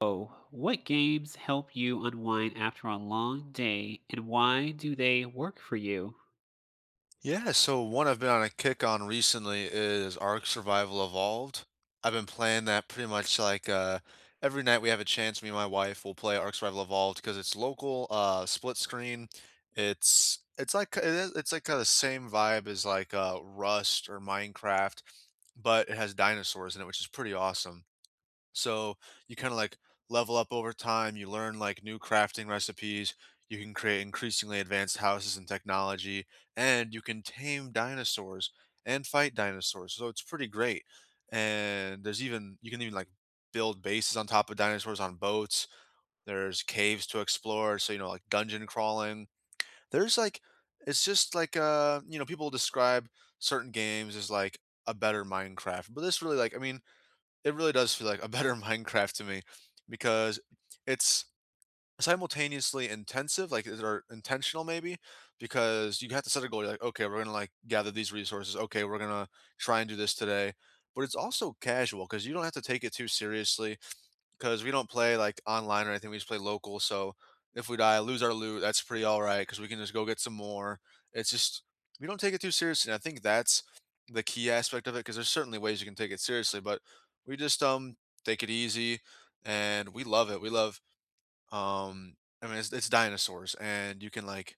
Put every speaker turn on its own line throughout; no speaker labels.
Oh, what games help you unwind after a long day and why do they work for you?
Yeah, so one I've been on a kick on recently is Ark Survival Evolved. I've been playing that pretty much every night we have a chance, me and my wife will play Ark Survival Evolved because it's local, split screen. It's like kind of the same vibe as like Rust or Minecraft, but it has dinosaurs in it, which is pretty awesome. So you kind of like level up over time. You learn like new crafting recipes. You can create increasingly advanced houses and technology, and you can tame dinosaurs and fight dinosaurs. So it's pretty great. And there's even you can even like build bases on top of dinosaurs on boats. There's caves to explore. So you know like dungeon crawling. There's like it's just like you know people describe certain games as like a better Minecraft, but this really like I mean it really does feel like a better Minecraft to me because it's simultaneously intensive, like is or intentional maybe, because you have to set a goal. You're like, okay, we're gonna like gather these resources. Okay, we're gonna try and do this today. But it's also casual because you don't have to take it too seriously because we don't play like online or anything. We just play local. So if we die, lose our loot, that's pretty all right because we can just go get some more. It's just we don't take it too seriously. And I think that's the key aspect of it because there's certainly ways you can take it seriously, but we just take it easy and we love it. We love um I mean it's dinosaurs and you can like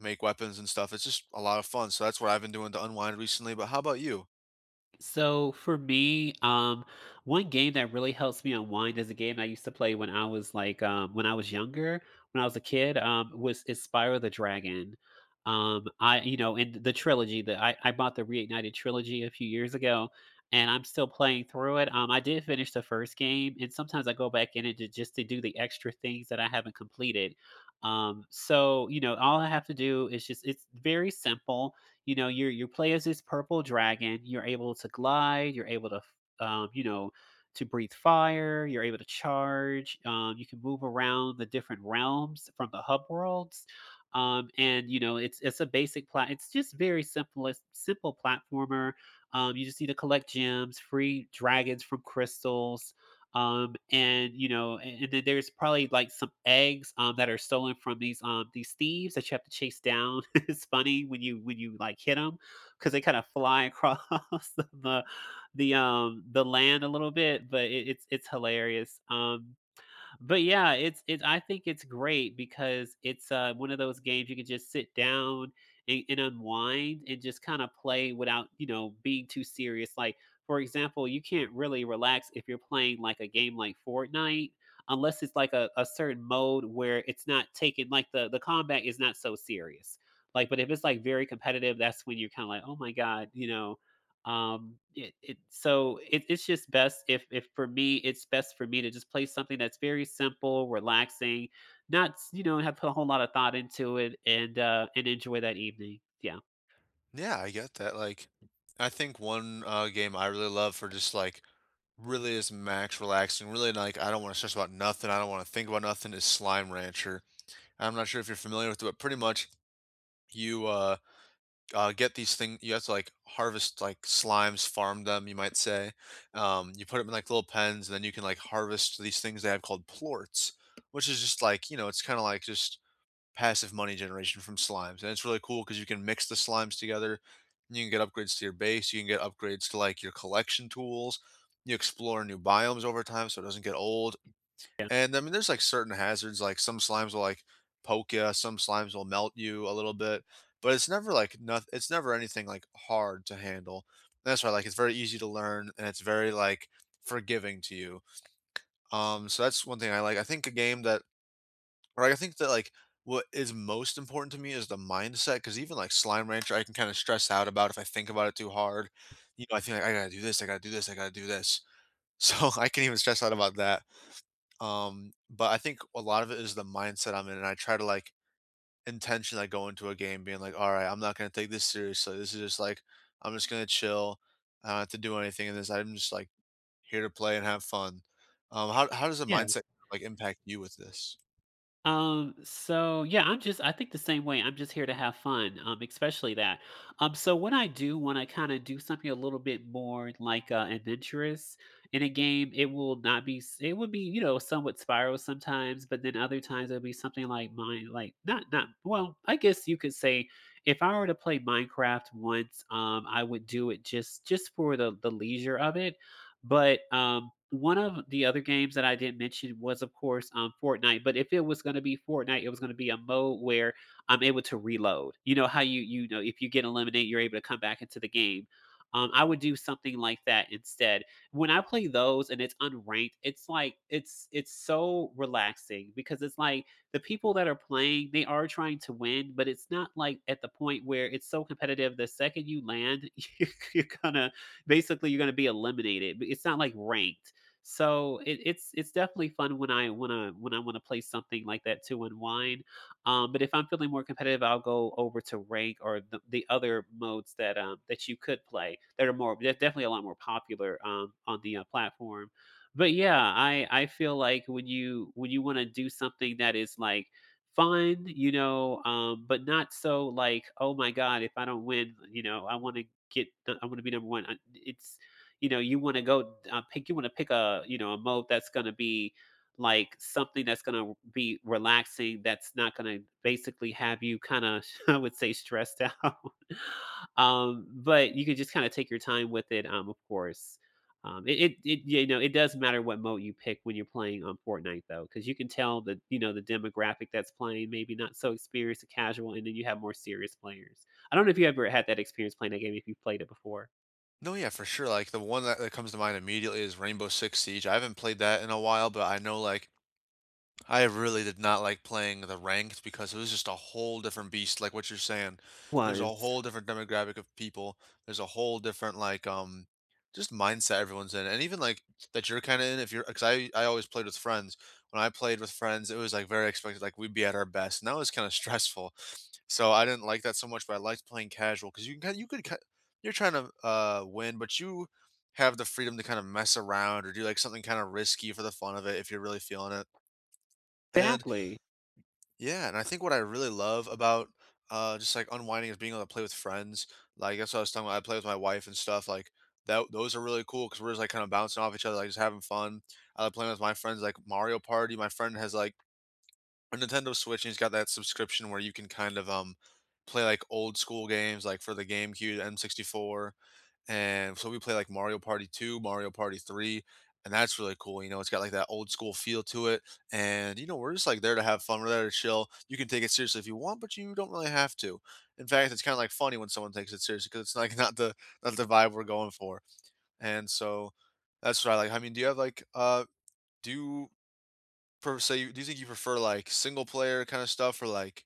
make weapons and stuff. It's just a lot of fun. So that's what I've been doing to unwind recently. But how about you?
So for me, one game that really helps me unwind is a game I used to play when I was when I was younger, when I was a kid. Was is Spyro the Dragon. I you know, in the trilogy that I bought the Reignited trilogy a few years ago, and I'm still playing through it. I did finish the first game, and sometimes I go back in it just to do the extra things that I haven't completed. So you know, all I have to do is just it's very simple. You know, you play as this purple dragon. You're able to glide, you're able to, you know, to breathe fire, you're able to charge. You can move around the different realms from the hub worlds. And you know, it's a basic plat it's just very simple platformer. You just need to collect gems, free dragons from crystals, and you know, and then there's probably like some eggs that are stolen from these thieves that you have to chase down. It's funny when you like hit them because they kind of fly across the the the land a little bit, but it's it's hilarious. But yeah, it's I think it's great because it's one of those games you can just sit down and unwind and just kind of play without, you know, being too serious. Like for example, you can't really relax if you're playing like a game like Fortnite unless it's like a certain mode where it's not taken like the combat is not so serious. Like, but if it's like very competitive, that's when you're kind of like, oh my god, you know, it, it so it's just best if for me, it's best for me to just play something that's very simple, relaxing, not s- you know, have put a whole lot of thought into it and enjoy that evening, yeah.
Yeah, I get that. Like, I think one, game I really love for just, like, really is max relaxing, really, like, I don't wanna stress about nothing, I don't wanna think about nothing, is Slime Rancher. I'm not sure if you're familiar with it, but pretty much you get these things. You have to, like, harvest, like, slimes, farm them, you might say. You put them in, like, little pens, and then you can, like, harvest these things they have called plorts, which is just like, you know, it's kinda like just passive money generation from slimes, and it's really cool because you can mix the slimes together, and you can get upgrades to your base. You can get upgrades to like your collection tools. You explore new biomes over time, so it doesn't get old. And I mean, there's like certain hazards. Like some slimes will like poke you. Some slimes will melt you a little bit, but it's never like nothing. It's never anything like hard to handle. And that's why like it's very easy to learn, and it's very like forgiving to you. So that's one thing I like. I think a game that right, I think that, like, what is most important to me is the mindset. Because even, like, Slime Rancher, I can kinda stress out about if I think about it too hard. You know, I think like, "I gotta do this, I gotta do this, I gotta do this." So, I can even stress out about that. But I think a lot of it is the mindset I'm in, and I try to, like, intentionally, like, go into a game being like, "Alright, I'm not gonna take this seriously. This is just, like I'm just gonna chill. I don't have to do anything in this. I'm just, like, here to play and have fun." How does the mindset, like, impact you with this?
So yeah, I'm just I think the same way. I'm just here to have fun. Especially that. So what I do when I kind of do something a little bit more like adventurous in a game, it will not be s- it would be, you know, somewhat spiral sometimes, but then other times it'll be something like mine, like not not well, I guess you could say if I were to play Minecraft once, I would do it just for the leisure of it. But one of the other games that I didn't mention was, of course, Fortnite, but if it was gonna be Fortnite, it was gonna be a mode where I'm able to reload. You know how you know, if you get eliminated, you're able to come back into the game. I would do something like that instead. When I play those and it's unranked, it's so relaxing because it's like the people that are playing, they are trying to win, but it's not like at the point where it's so competitive. The second you land, you're gonna basically you're going to be eliminated. But it's not like ranked. So it's definitely fun when I want to when I want to play something like that to unwind. But if I'm feeling more competitive, I'll go over to rank or the other modes that that you could play that are more, they're definitely a lot more popular on the platform. But yeah, I feel like when you want to do something that is like fine, you know, but not so like, "Oh my god, if I don't win, you know, I wanna get the I wanna be number 1." It's you know, you wanna go pick you wanna pick a, you know, a mode that's gonna be, like, something that's gonna be relaxing, that's not gonna basically have you kinda, I would say, stressed out. But you could just kinda take your time with it, of course. You know, it does matter what mode you pick when you're playing on Fortnite though, because you can tell the, you know, the demographic that's playing, maybe not so experienced, and casual, and then you have more serious players. I don't know if you ever had that experience playing that game if you played it before.
No, yeah, for sure. Like the one that comes to mind immediately is Rainbow Six Siege. I haven't played that in a while, but I know like I really did not like playing the ranked because it was just a whole different beast. Like what you're saying, there's a
Was
whole different demographic of people. There's a whole different like just mindset everyone's in, and even like that you're kind of in. If you're, because I always played with friends. When I played with friends, it was like very expected. Like we'd be at our best, and that was kind of stressful, so I didn't like that so much, but I liked playing casual because you can kind you could ki you're trying to win, but you have the freedom to kind of mess around or do like something kind of risky for the fun of it if you're really feeling it. And
exactly.
yeah, and I think what I really love about just like unwinding is being able to play with friends. Like that's what I was talking about. I play with my wife and stuff. Like that, those are really cool because we're just like kind of bouncing off each other, like just having fun. I like playing with my friends, like Mario Party. My friend has like a Nintendo Switch, and he has got that subscription where you can kind of, play, like, old school games, like, for the GameCube, the N64, and so we play, like, Mario Party 2, Mario Party 3, and that's really cool, you know, it's got, like, that old school feel to it, and, you know, we're just, like, there to have fun, we're there to chill. You can take it seriously if you want, but you don't really have to. In fact, it's kinda, like, funny when someone takes it seriously because it's, like, not the vibe we're going for, and so that's what I like. I mean, do you have, like, do you do you think you prefer, like, single player kinda stuff or, like,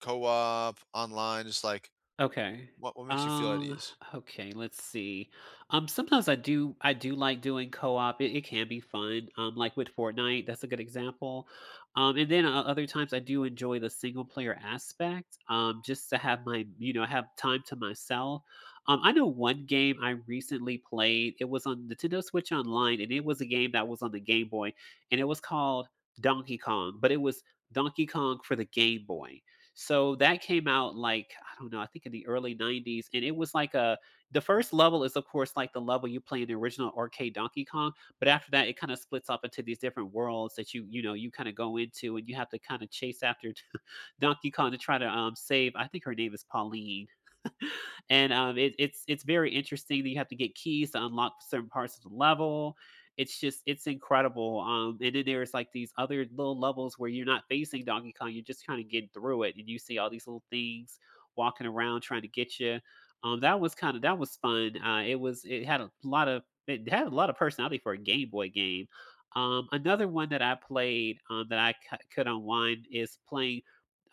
co-op, online? Just, like,
Okay.
what makes you feel at
Um,
ease?
okay, let's see. Sometimes I do like doing co-op. It can be fun. Like with Fortnite, that's a good example. And then other times I do enjoy the single player aspect. Just to have my, you know, have time to myself. I know one game I recently played. It was on Nintendo Switch Online, and it was a game that was on the Game Boy, and it was called Donkey Kong, but it was Donkey Kong for the Game Boy, so that came out like, I don't know, I think in the early 90s. And it was like a the first level is of course like the level you play in the original arcade Donkey Kong. But after that, it kind of splits up into these different worlds that you know, you kind of go into and you have to kind of chase after Donkey Kong to try to save. I think her name is Pauline. And it's very interesting that you have to get keys to unlock certain parts of the level. It's just it's incredible. And then there's like these other little levels where you're not facing Donkey Kong, you're just kind of getting through it, and you see all these little things walking around trying to get you. That was fun. It was it had a lot of personality for a Game Boy game. Another one that I played that could unwind is playing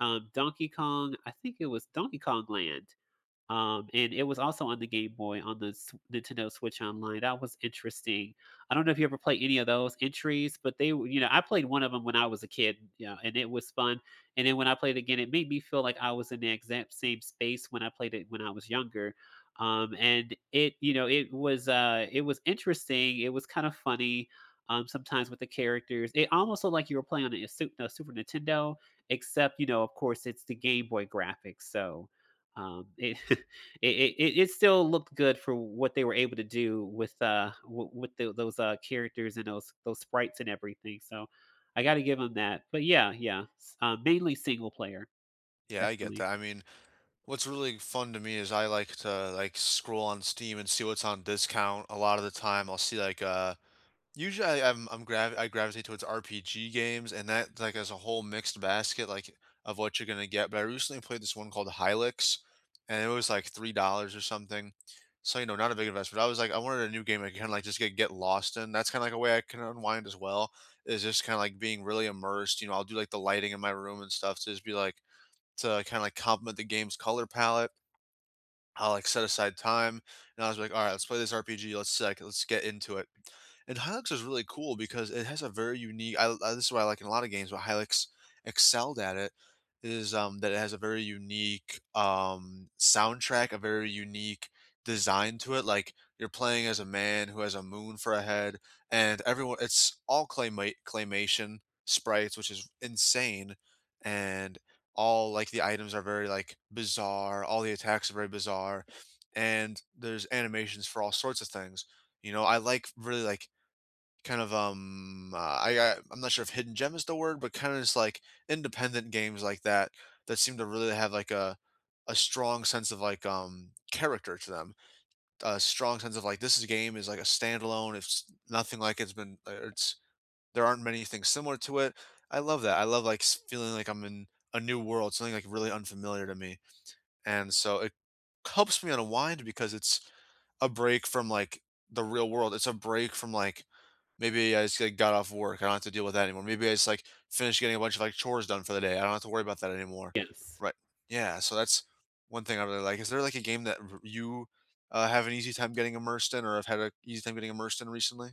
Donkey Kong. I think it was Donkey Kong Land. And it was also on the Game Boy on the S Nintendo Switch Online, that was interesting. I don't know if you ever played any of those entries, but they w you know, I played one of them when I was a kid, you know, and it was fun, and then when I played again, it made me feel like I was in the exact same space when I played it when I was younger, and it you know, it was interesting, it was kind of funny, sometimes with the characters. It almost looked like you were playing on a Su a Super Nintendo, except, you know, of course, it's the Game Boy graphics, so, it, it still looked good for what they were able to do with with those characters and those sprites and everything. So I got to give them that. But mainly single player,
Yeah, I get
definitely.
that. I mean, what's really fun to me is I like to, like, scroll on Steam and see what's on discount. A lot of the time, I'll see, like, usually I gravitate towards RPG games, and that like as a whole mixed basket like of what you're gonna get. But I recently played this one called Hylix, and it was like $3 or something. So you know, not a big investment. I was like, I wanted a new game I could kind of like just get lost in. That's kind of like a way I can unwind as well. Is just kind of like being really immersed. You know, I'll do like the lighting in my room and stuff to just be like to kind of like complement the game's color palette. I'll, like, set aside time, and I was like, "Alright, let's play this RPG, let's, like let's get into it." And Hylix is really cool because it has a very unique I this is why I like in a lot of games, but Hylix excelled at it, is, that it has a very unique, soundtrack, a very unique design to it, like, you're playing as a man who has a moon for a head, and everyone it's all claymate claymation sprites, which is insane, and all like the items are very like bizarre, all the attacks are very bizarre, and there's animations for all sorts of things. You know, I like really like kind of I'm not sure if hidden gem is the word, but kind of just like independent games like that that seem to really have like a strong sense of like character to them, a strong sense of like this game is like a standalone, it's nothing like it's been it's there aren't many things similar to it. I love that. I love, like, s feeling like I'm in a new world, something, like, really unfamiliar to me, and so it helps me unwind because it's a break from, like, the real world. It's a break from, like, maybe I just, like, got off work. I don't have to deal with that anymore. Maybe I just, like, finished getting a bunch of, like, chores done for the day. I don't have to worry about that anymore.
Yes.
Right. Yeah, so that's one thing I really like. Is there, like, a game that r you, have an easy time getting immersed in or have had an easy time getting immersed in recently?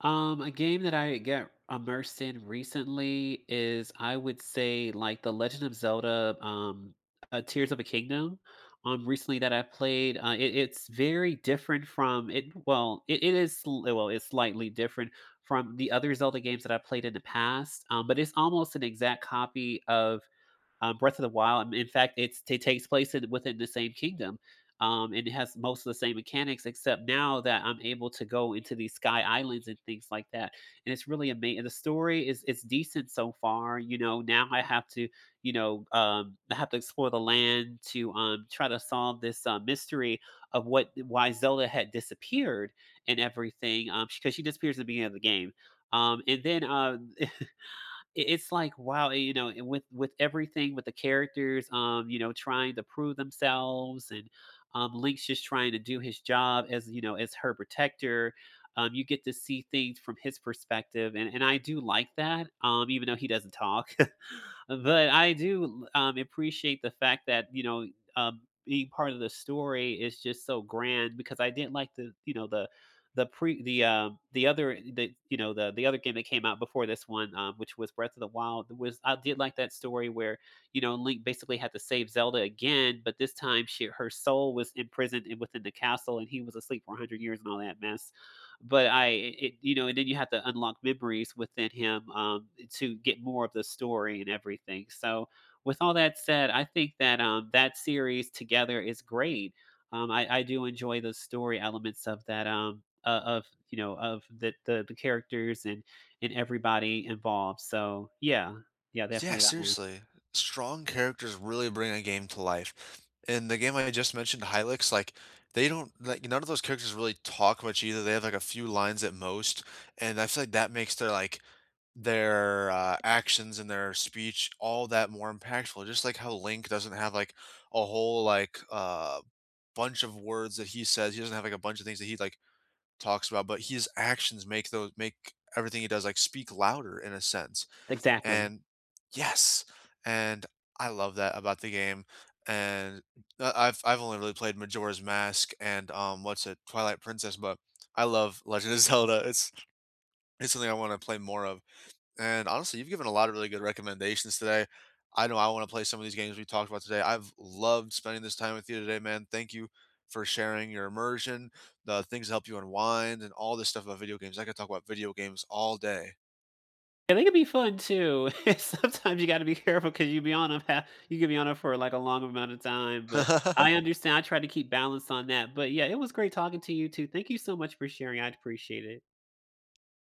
A game that I get immersed in recently is, I would say, like The Legend of Zelda, Tears of a Kingdom. Recently that I played, it's very different from it. Well, it's slightly different from the other Zelda games that I played in the past. But it's almost an exact copy of Breath of the Wild. In fact, it takes place in, within the same kingdom. And it has most of the same mechanics, except now that I'm able to go into these sky islands and things like that. And it's really amazing. The story is it's decent so far. You know, now I have to, you know, I have to explore the land to try to solve this mystery of what why Zelda had disappeared and everything, because she disappears at the beginning of the game. And then it's like wow, eh, you know, and with everything with the characters, you know, trying to prove themselves, and Link's just trying to do his job, as you know, as her protector. You get to see things from his perspective, and I do like that, even though he doesn't talk, but I do appreciate the fact that, you know, being part of the story is just so grand. Because I didn't like the, you know, the pre the other the you know, the other game that came out before this one, which was Breath of the Wild, was I did like that story where, you know, Link basically had to save Zelda again, but this time she her soul was imprisoned within the castle, and he was asleep for 100 years and all that mess. But I it, you know, and then you have to unlock memories within him, to get more of the story and everything. So, with all that said, I think that, that series together is great. I do enjoy the story elements of that, o of, you know, of the the characters and everybody involved. So, yeah. Yeah,
Yeah,
definitely that one.
seriously. Strong characters really bring a game to life. In the game I just mentioned, Hylix, like they don't like none of those characters really talk much either. They have like a few lines at most, and I feel like that makes their like their actions and their speech all that more impactful. Just like how Link doesn't have like a whole like bunch of words that he says. He doesn't have like a bunch of things that he like talks about, but his actions make those make everything he does like speak louder in a sense.
Exactly.
And yes, and I love that about the game. And I've only really played Majora's Mask and what's it Twilight Princess, but I love Legend of Zelda. It's something I want to play more of. And honestly, you've given a lot of really good recommendations today. I know I want to play some of these games we talked about today. I've loved spending this time with you today, man. Thank you for sharing your immersion, the things that help you unwind, and all this stuff about video games. I could talk about video games all day.
Yeah, they could be fun too. Sometimes you gotta be careful because you can be on them for, like, a long amount of time, but I understand, I try to keep balance on that. But yeah, it was great talking to you too. Thank you so much for sharing, I appreciate it.